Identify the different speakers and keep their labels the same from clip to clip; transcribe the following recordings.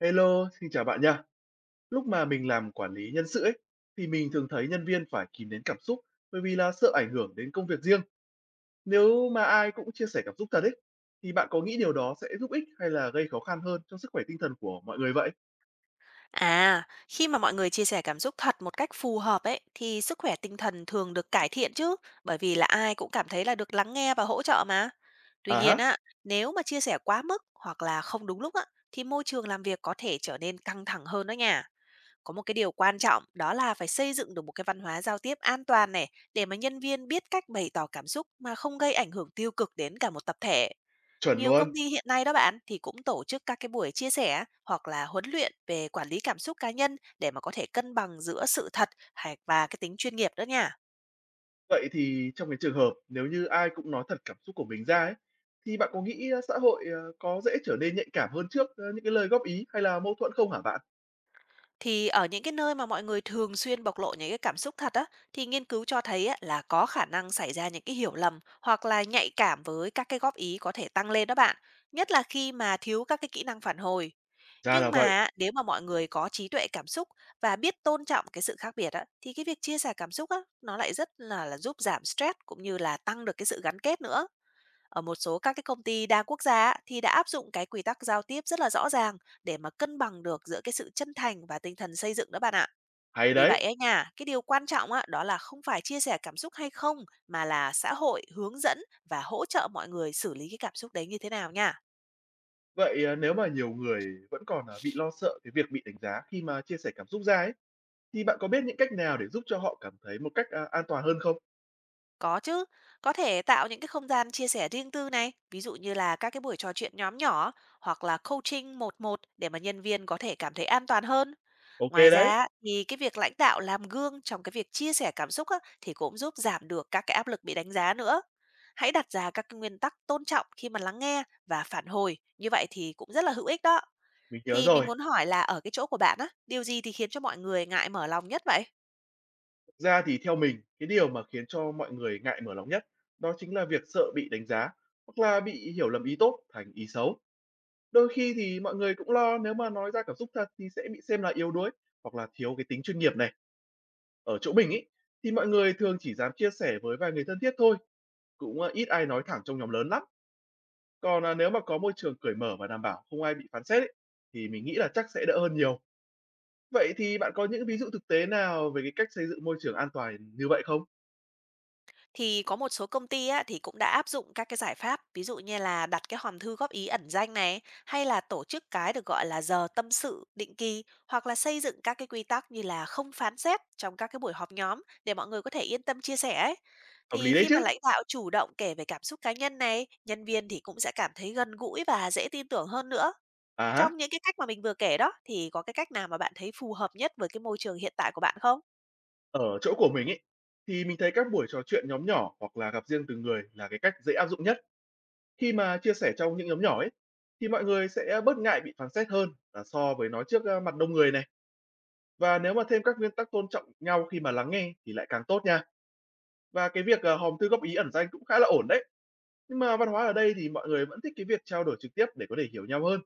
Speaker 1: Hello, xin chào bạn nha. Lúc mà mình làm quản lý nhân sự ấy, thì mình thường thấy nhân viên phải kìm nén cảm xúc bởi vì là sợ ảnh hưởng đến công việc riêng. Nếu mà ai cũng chia sẻ cảm xúc thật ấy, thì bạn có nghĩ điều đó sẽ giúp ích hay là gây khó khăn hơn cho sức khỏe tinh thần của mọi người vậy?
Speaker 2: À, khi mà mọi người chia sẻ cảm xúc thật một cách phù hợp ấy thì sức khỏe tinh thần thường được cải thiện chứ, bởi vì là ai cũng cảm thấy là được lắng nghe và hỗ trợ mà. Tuy
Speaker 1: À,
Speaker 2: nhiên
Speaker 1: hả,
Speaker 2: á, nếu mà chia sẻ quá mức hoặc là không đúng lúc á thì môi trường làm việc có thể trở nên căng thẳng hơn đó nha. Có một cái điều quan trọng đó là phải xây dựng được một cái văn hóa giao tiếp an toàn này, để mà nhân viên biết cách bày tỏ cảm xúc mà không gây ảnh hưởng tiêu cực đến cả một tập thể.
Speaker 1: chuẩn
Speaker 2: Nhiều công
Speaker 1: luôn.
Speaker 2: ty hiện nay đó bạn thì cũng tổ chức các cái buổi chia sẻ hoặc là huấn luyện về quản lý cảm xúc cá nhân, để mà có thể cân bằng giữa sự thật và cái tính chuyên nghiệp đó nha.
Speaker 1: Vậy thì trong cái trường hợp nếu như ai cũng nói thật cảm xúc của mình ra ấy, thì bạn có nghĩ xã hội có dễ trở nên nhạy cảm hơn trước những cái lời góp ý hay là mâu thuẫn không hả bạn?
Speaker 2: Thì ở những cái nơi mà mọi người thường xuyên bộc lộ những cái cảm xúc thật á, thì nghiên cứu cho thấy á, là có khả năng xảy ra những cái hiểu lầm hoặc là nhạy cảm với các cái góp ý có thể tăng lên đó bạn, nhất là khi mà thiếu các cái kỹ năng phản hồi.
Speaker 1: Ra
Speaker 2: Nhưng
Speaker 1: là
Speaker 2: mà
Speaker 1: vậy,
Speaker 2: á, nếu mà mọi người có trí tuệ cảm xúc và biết tôn trọng cái sự khác biệt á, thì cái việc chia sẻ cảm xúc á, nó lại rất là giúp giảm stress cũng như là tăng được cái sự gắn kết nữa. Ở một số các cái công ty đa quốc gia á, thì đã áp dụng cái quy tắc giao tiếp rất là rõ ràng, để mà cân bằng được giữa cái sự chân thành và tinh thần xây dựng đó bạn ạ.
Speaker 1: hay
Speaker 2: Vì
Speaker 1: đấy.
Speaker 2: vậy ấy nha, cái điều quan trọng á, đó là không phải chia sẻ cảm xúc hay không, mà là xã hội hướng dẫn và hỗ trợ mọi người xử lý cái cảm xúc đấy như thế nào nha.
Speaker 1: Vậy, à, nếu mà nhiều người vẫn còn, à, bị lo sợ cái việc bị đánh giá khi mà chia sẻ cảm xúc ra ấy, thì bạn có biết những cách nào để giúp cho họ cảm thấy một cách, a, an toàn hơn không?
Speaker 2: Có chứ, có thể tạo những cái không gian chia sẻ riêng tư này, ví dụ như là các cái buổi trò chuyện nhóm nhỏ hoặc là coaching một một, để mà nhân viên có thể cảm thấy an toàn hơn.
Speaker 1: Ok
Speaker 2: Ngoài
Speaker 1: đấy,
Speaker 2: ra á, thì cái việc lãnh đạo làm gương trong cái việc chia sẻ cảm xúc á, thì cũng giúp giảm được các cái áp lực bị đánh giá nữa. Hãy đặt ra các cái nguyên tắc tôn trọng khi mà lắng nghe và phản hồi, như vậy thì cũng rất là hữu ích đó.
Speaker 1: mình nhớ
Speaker 2: Thì mình
Speaker 1: rồi.
Speaker 2: muốn hỏi là ở cái chỗ của bạn á, điều gì thì khiến cho mọi người ngại mở lòng nhất vậy?
Speaker 1: Thực ra thì theo mình, cái điều mà khiến cho mọi người ngại mở lòng nhất, đó chính là việc sợ bị đánh giá, hoặc là bị hiểu lầm ý tốt thành ý xấu. Đôi khi thì mọi người cũng lo nếu mà nói ra cảm xúc thật thì sẽ bị xem là yếu đuối, hoặc là thiếu cái tính chuyên nghiệp này. Ở chỗ mình ấy, thì mọi người thường chỉ dám chia sẻ với vài người thân thiết thôi, cũng, a, ít ai nói thẳng trong nhóm lớn lắm. Còn, à, nếu mà có môi trường cởi mở và đảm bảo không ai bị phán xét ấy, thì mình nghĩ là chắc sẽ đỡ hơn nhiều. Vậy thì bạn có những ví dụ thực tế nào về cái cách xây dựng môi trường an toàn như vậy không?
Speaker 2: Thì có một số công ty á, thì cũng đã áp dụng các cái giải pháp, ví dụ như là đặt cái hòm thư góp ý ẩn danh này, hay là tổ chức cái được gọi là giờ tâm sự định kỳ, hoặc là xây dựng các cái quy tắc như là không phán xét trong các cái buổi họp nhóm, để mọi người có thể yên tâm chia sẻ ấy.
Speaker 1: Hợp
Speaker 2: Thì
Speaker 1: lý đấy
Speaker 2: khi mà
Speaker 1: chứ.
Speaker 2: lãnh đạo chủ động kể về cảm xúc cá nhân này, nhân viên thì cũng sẽ cảm thấy gần gũi và dễ tin tưởng hơn nữa.
Speaker 1: À há,
Speaker 2: Trong những cái cách mà mình vừa kể đó, thì có cái cách nào mà bạn thấy phù hợp nhất với cái môi trường hiện tại của bạn không?
Speaker 1: ở chỗ của mình ấy, thì mình thấy các buổi trò chuyện nhóm nhỏ hoặc là gặp riêng từng người là cái cách dễ áp dụng nhất. Khi mà chia sẻ trong những nhóm nhỏ ấy, thì mọi người sẽ bớt ngại bị phán xét hơn là so với nói trước, a, mặt đông người này. Và nếu mà thêm các nguyên tắc tôn trọng nhau khi mà lắng nghe thì lại càng tốt nha. Và cái việc, à, hòm thư góp ý ẩn danh cũng khá là ổn đấy. Nhưng mà văn hóa ở đây thì mọi người vẫn thích cái việc trao đổi trực tiếp để có thể hiểu nhau hơn.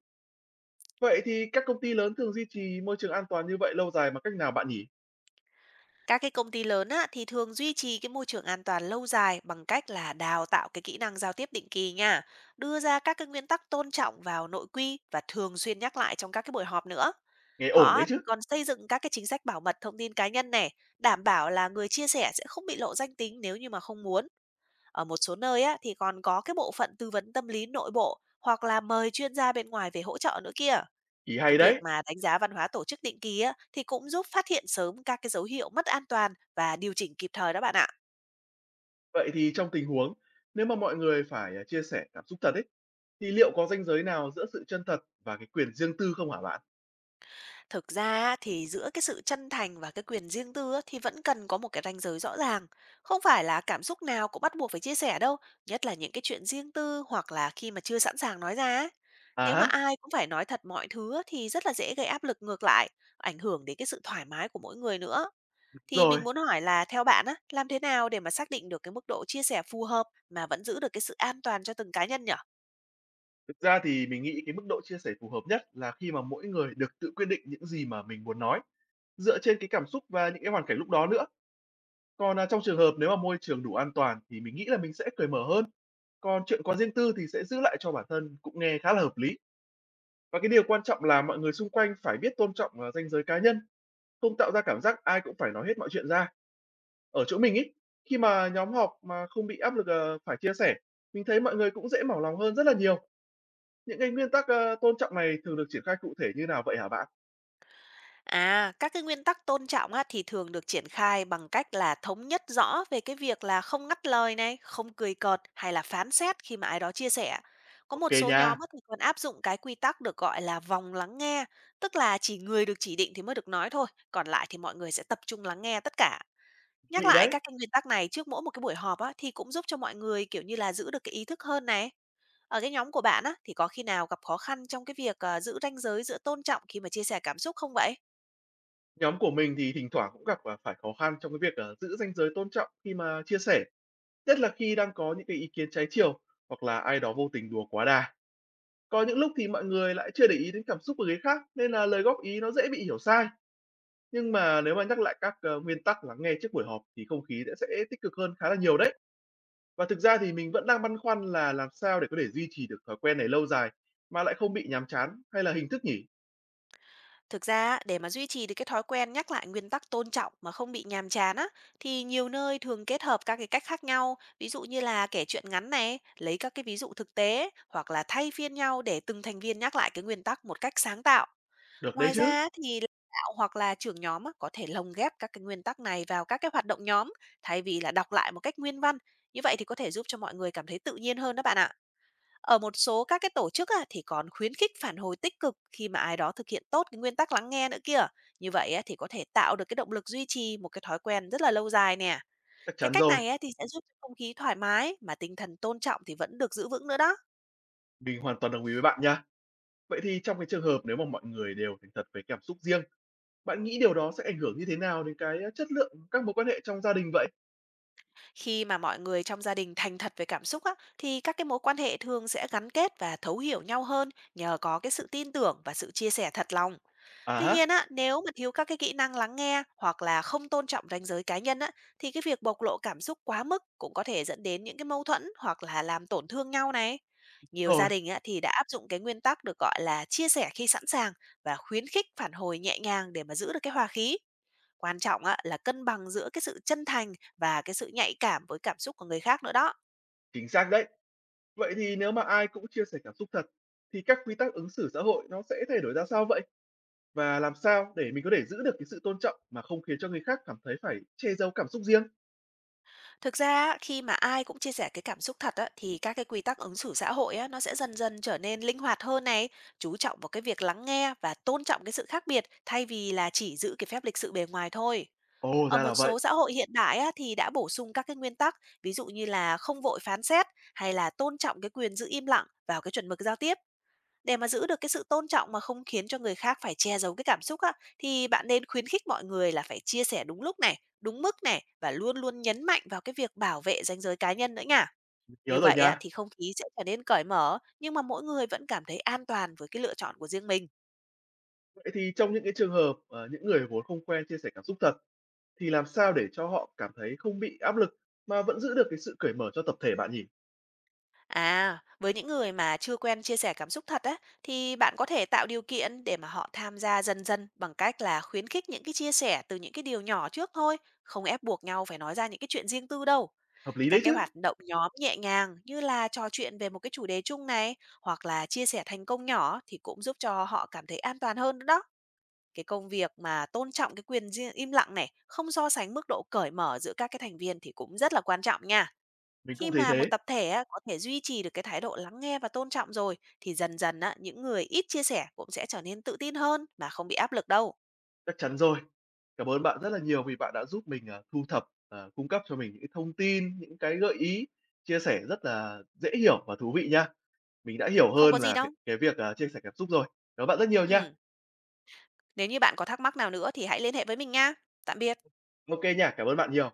Speaker 1: Vậy thì các công ty lớn thường duy trì môi trường an toàn như vậy lâu dài bằng cách nào bạn nhỉ?
Speaker 2: Các cái công ty lớn á, thì thường duy trì cái môi trường an toàn lâu dài bằng cách là đào tạo cái kỹ năng giao tiếp định kỳ nha, đưa ra các cái nguyên tắc tôn trọng vào nội quy và thường xuyên nhắc lại trong các cái buổi họp nữa.
Speaker 1: Nghe ổn
Speaker 2: Họ
Speaker 1: đấy chứ,
Speaker 2: thì còn xây dựng các cái chính sách bảo mật thông tin cá nhân này, đảm bảo là người chia sẻ sẽ không bị lộ danh tính nếu như mà không muốn. Ở một số nơi á, thì còn có cái bộ phận tư vấn tâm lý nội bộ hoặc là mời chuyên gia bên ngoài về hỗ trợ nữa kia.
Speaker 1: ý
Speaker 2: Cái
Speaker 1: hay
Speaker 2: việc
Speaker 1: đấy.
Speaker 2: mà đánh giá văn hóa tổ chức định kỳ á, thì cũng giúp phát hiện sớm các cái dấu hiệu mất an toàn và điều chỉnh kịp thời đó bạn ạ.
Speaker 1: Vậy thì trong tình huống nếu mà mọi người phải à, chia sẻ cảm xúc thật ấy, thì liệu có ranh giới nào giữa sự chân thật và cái quyền riêng tư không hả bạn?
Speaker 2: Thực ra á, thì giữa cái sự chân thành và cái quyền riêng tư á, thì vẫn cần có một cái ranh giới rõ ràng. Không phải là cảm xúc nào cũng bắt buộc phải chia sẻ đâu, nhất là những cái chuyện riêng tư hoặc là khi mà chưa sẵn sàng nói ra á. Nếu
Speaker 1: À,
Speaker 2: mà
Speaker 1: ha,
Speaker 2: ai cũng phải nói thật mọi thứ á, thì rất là dễ gây áp lực ngược lại, ảnh hưởng đến cái sự thoải mái của mỗi người nữa. Thì mình
Speaker 1: rồi.
Speaker 2: muốn hỏi là theo bạn á, làm thế nào để mà xác định được cái mức độ chia sẻ phù hợp mà vẫn giữ được cái sự an toàn cho từng cá nhân nhở?
Speaker 1: Thực ra thì mình nghĩ cái mức độ chia sẻ phù hợp nhất là khi mà mỗi người được tự quyết định những gì mà mình muốn nói, dựa trên cái cảm xúc và những cái hoàn cảnh lúc đó nữa. Còn, à, trong trường hợp nếu mà môi trường đủ an toàn thì mình nghĩ là mình sẽ cởi mở hơn. Còn chuyện quá riêng tư thì sẽ giữ lại cho bản thân, cũng nghe khá là hợp lý. Và cái điều quan trọng là mọi người xung quanh phải biết tôn trọng, ranh giới cá nhân, không tạo ra cảm giác ai cũng phải nói hết mọi chuyện ra. Ở chỗ mình ấy, khi mà nhóm họp mà không bị áp lực, phải chia sẻ, mình thấy mọi người cũng dễ mở lòng hơn rất là nhiều. Những cái nguyên tắc, tôn trọng này thường được triển khai cụ thể như nào vậy hả bạn?
Speaker 2: À, các cái nguyên tắc tôn trọng á, thì thường được triển khai bằng cách là thống nhất rõ về cái việc là không ngắt lời này, không cười cợt hay là phán xét khi mà ai đó chia sẻ. Có
Speaker 1: Ok
Speaker 2: một số nhóm
Speaker 1: nha.
Speaker 2: á, thì còn áp dụng cái quy tắc được gọi là vòng lắng nghe, tức là chỉ người được chỉ định thì mới được nói thôi, còn lại thì mọi người sẽ tập trung lắng nghe tất cả. Nhắc
Speaker 1: Lụy
Speaker 2: lại
Speaker 1: đấy,
Speaker 2: các cái nguyên tắc này trước mỗi một cái buổi họp á, thì cũng giúp cho mọi người, kiểu như là, giữ được cái ý thức hơn này. Ở cái nhóm của bạn á, thì có khi nào gặp khó khăn trong cái việc, giữ ranh giới giữa tôn trọng khi mà chia sẻ cảm xúc không vậy?
Speaker 1: nhóm của mình thì thỉnh thoảng cũng gặp, à, phải khó khăn trong cái việc, giữ ranh giới tôn trọng khi mà chia sẻ. Nhất là khi đang có những cái ý kiến trái chiều hoặc là ai đó vô tình đùa quá đà. Có những lúc thì mọi người lại chưa để ý đến cảm xúc của người khác nên là lời góp ý nó dễ bị hiểu sai. Nhưng mà nếu mà nhắc lại các, nguyên tắc lắng nghe trước buổi họp thì không khí sẽ tích cực hơn khá là nhiều đấy. Và thực ra thì mình vẫn đang băn khoăn là làm sao để có thể duy trì được thói quen này lâu dài mà lại không bị nhàm chán hay là hình thức nhỉ?
Speaker 2: Thực ra á, để mà duy trì được cái thói quen nhắc lại nguyên tắc tôn trọng mà không bị nhàm chán á, thì nhiều nơi thường kết hợp các cái cách khác nhau, ví dụ như là kể chuyện ngắn này, lấy các cái ví dụ thực tế, hoặc là thay phiên nhau để từng thành viên nhắc lại cái nguyên tắc một cách sáng tạo.
Speaker 1: Được đấy
Speaker 2: Ngoài ra
Speaker 1: chứ,
Speaker 2: á thì lãnh đạo hoặc là trưởng nhóm á, có thể lồng ghép các cái nguyên tắc này vào các cái hoạt động nhóm thay vì là đọc lại một cách nguyên văn. Như vậy thì có thể giúp cho mọi người cảm thấy tự nhiên hơn đó bạn ạ. Ở một số các cái tổ chức á, thì còn khuyến khích phản hồi tích cực khi mà ai đó thực hiện tốt cái nguyên tắc lắng nghe nữa kia. Như vậy á, thì có thể tạo được cái động lực duy trì một cái thói quen rất là lâu dài nè.
Speaker 1: chắc
Speaker 2: Cái
Speaker 1: chắn
Speaker 2: cách
Speaker 1: rồi,
Speaker 2: này á, thì sẽ giúp cho không khí thoải mái mà tinh thần tôn trọng thì vẫn được giữ vững nữa đó.
Speaker 1: mình hoàn toàn đồng ý với bạn nha. Vậy thì trong cái trường hợp nếu mà mọi người đều thành thật với cảm xúc riêng, bạn nghĩ điều đó sẽ ảnh hưởng như thế nào đến cái, chất lượng các mối quan hệ trong gia đình vậy?
Speaker 2: Khi mà mọi người trong gia đình thành thật về cảm xúc á, thì các cái mối quan hệ thường sẽ gắn kết và thấu hiểu nhau hơn nhờ có cái sự tin tưởng và sự chia sẻ thật lòng.
Speaker 1: À
Speaker 2: Tuy
Speaker 1: há,
Speaker 2: nhiên á, nếu mà thiếu các cái kỹ năng lắng nghe hoặc là không tôn trọng ranh giới cá nhân á, thì cái việc bộc lộ cảm xúc quá mức cũng có thể dẫn đến những cái mâu thuẫn hoặc là làm tổn thương nhau này. Nhiều gia
Speaker 1: rồi,
Speaker 2: đình á, thì đã áp dụng cái nguyên tắc được gọi là chia sẻ khi sẵn sàng và khuyến khích phản hồi nhẹ nhàng để mà giữ được cái hòa khí. Quan trọng á là cân bằng giữa cái sự chân thành và cái sự nhạy cảm với cảm xúc của người khác nữa đó.
Speaker 1: chính xác đấy. Vậy thì nếu mà ai cũng chia sẻ cảm xúc thật, thì các quy tắc ứng xử xã hội nó sẽ thay đổi ra sao vậy? Và làm sao để mình có thể giữ được cái sự tôn trọng mà không khiến cho người khác cảm thấy phải che giấu cảm xúc riêng?
Speaker 2: Thực ra á, khi mà ai cũng chia sẻ cái cảm xúc thật á thì các cái quy tắc ứng xử xã hội á nó sẽ dần dần trở nên linh hoạt hơn này, chú trọng vào cái việc lắng nghe và tôn trọng cái sự khác biệt thay vì là chỉ giữ cái phép lịch sự bề ngoài thôi.
Speaker 1: Ồ,
Speaker 2: Ở
Speaker 1: ra
Speaker 2: một
Speaker 1: là vậy,
Speaker 2: số xã hội hiện đại á, thì đã bổ sung các cái nguyên tắc, ví dụ như là không vội phán xét hay là tôn trọng cái quyền giữ im lặng vào cái chuẩn mực giao tiếp. Để mà giữ được cái sự tôn trọng mà không khiến cho người khác phải che giấu cái cảm xúc á, thì bạn nên khuyến khích mọi người là phải chia sẻ đúng lúc này, đúng mức này và luôn luôn nhấn mạnh vào cái việc bảo vệ ranh giới cá nhân nữa nha. Như
Speaker 1: nhớ rồi
Speaker 2: vậy á,
Speaker 1: nha.
Speaker 2: thì không khí sẽ trở nên cởi mở nhưng mà mỗi người vẫn cảm thấy an toàn với cái lựa chọn của riêng mình.
Speaker 1: Vậy thì trong những cái trường hợp, những người vốn không quen chia sẻ cảm xúc thật, thì làm sao để cho họ cảm thấy không bị áp lực mà vẫn giữ được cái sự cởi mở cho tập thể bạn nhỉ?
Speaker 2: À, với những người mà chưa quen chia sẻ cảm xúc thật á, thì bạn có thể tạo điều kiện để mà họ tham gia dần dần bằng cách là khuyến khích những cái chia sẻ từ những cái điều nhỏ trước thôi, không ép buộc nhau phải nói ra những cái chuyện riêng tư đâu.
Speaker 1: Hợp lý đấy
Speaker 2: Các cái
Speaker 1: chứ,
Speaker 2: hoạt động nhóm nhẹ nhàng như là trò chuyện về một cái chủ đề chung này hoặc là chia sẻ thành công nhỏ thì cũng giúp cho họ cảm thấy an toàn hơn nữa đó. Cái công việc mà tôn trọng cái quyền im lặng này, không so sánh mức độ cởi mở giữa các cái thành viên thì cũng rất là quan trọng nha.
Speaker 1: mình cũng
Speaker 2: Khi
Speaker 1: thấy
Speaker 2: mà một
Speaker 1: thế.
Speaker 2: tập thể á, có thể duy trì được cái thái độ lắng nghe và tôn trọng rồi thì dần dần á, những người ít chia sẻ cũng sẽ trở nên tự tin hơn mà không bị áp lực đâu.
Speaker 1: Chắc chắn rồi. Cảm ơn bạn rất là nhiều vì bạn đã giúp mình, thu thập, cung cấp cho mình những cái thông tin, những cái gợi ý, chia sẻ rất là dễ hiểu và thú vị nha. Mình đã hiểu
Speaker 2: Không có
Speaker 1: hơn
Speaker 2: gì
Speaker 1: là
Speaker 2: đâu.
Speaker 1: cái việc, chia sẻ cảm xúc rồi. Cảm ơn bạn rất nhiều nha.
Speaker 2: Ừ. Nếu như bạn có thắc mắc nào nữa thì hãy liên hệ với mình nha. Tạm biệt.
Speaker 1: Ok kê nha, cảm ơn bạn nhiều.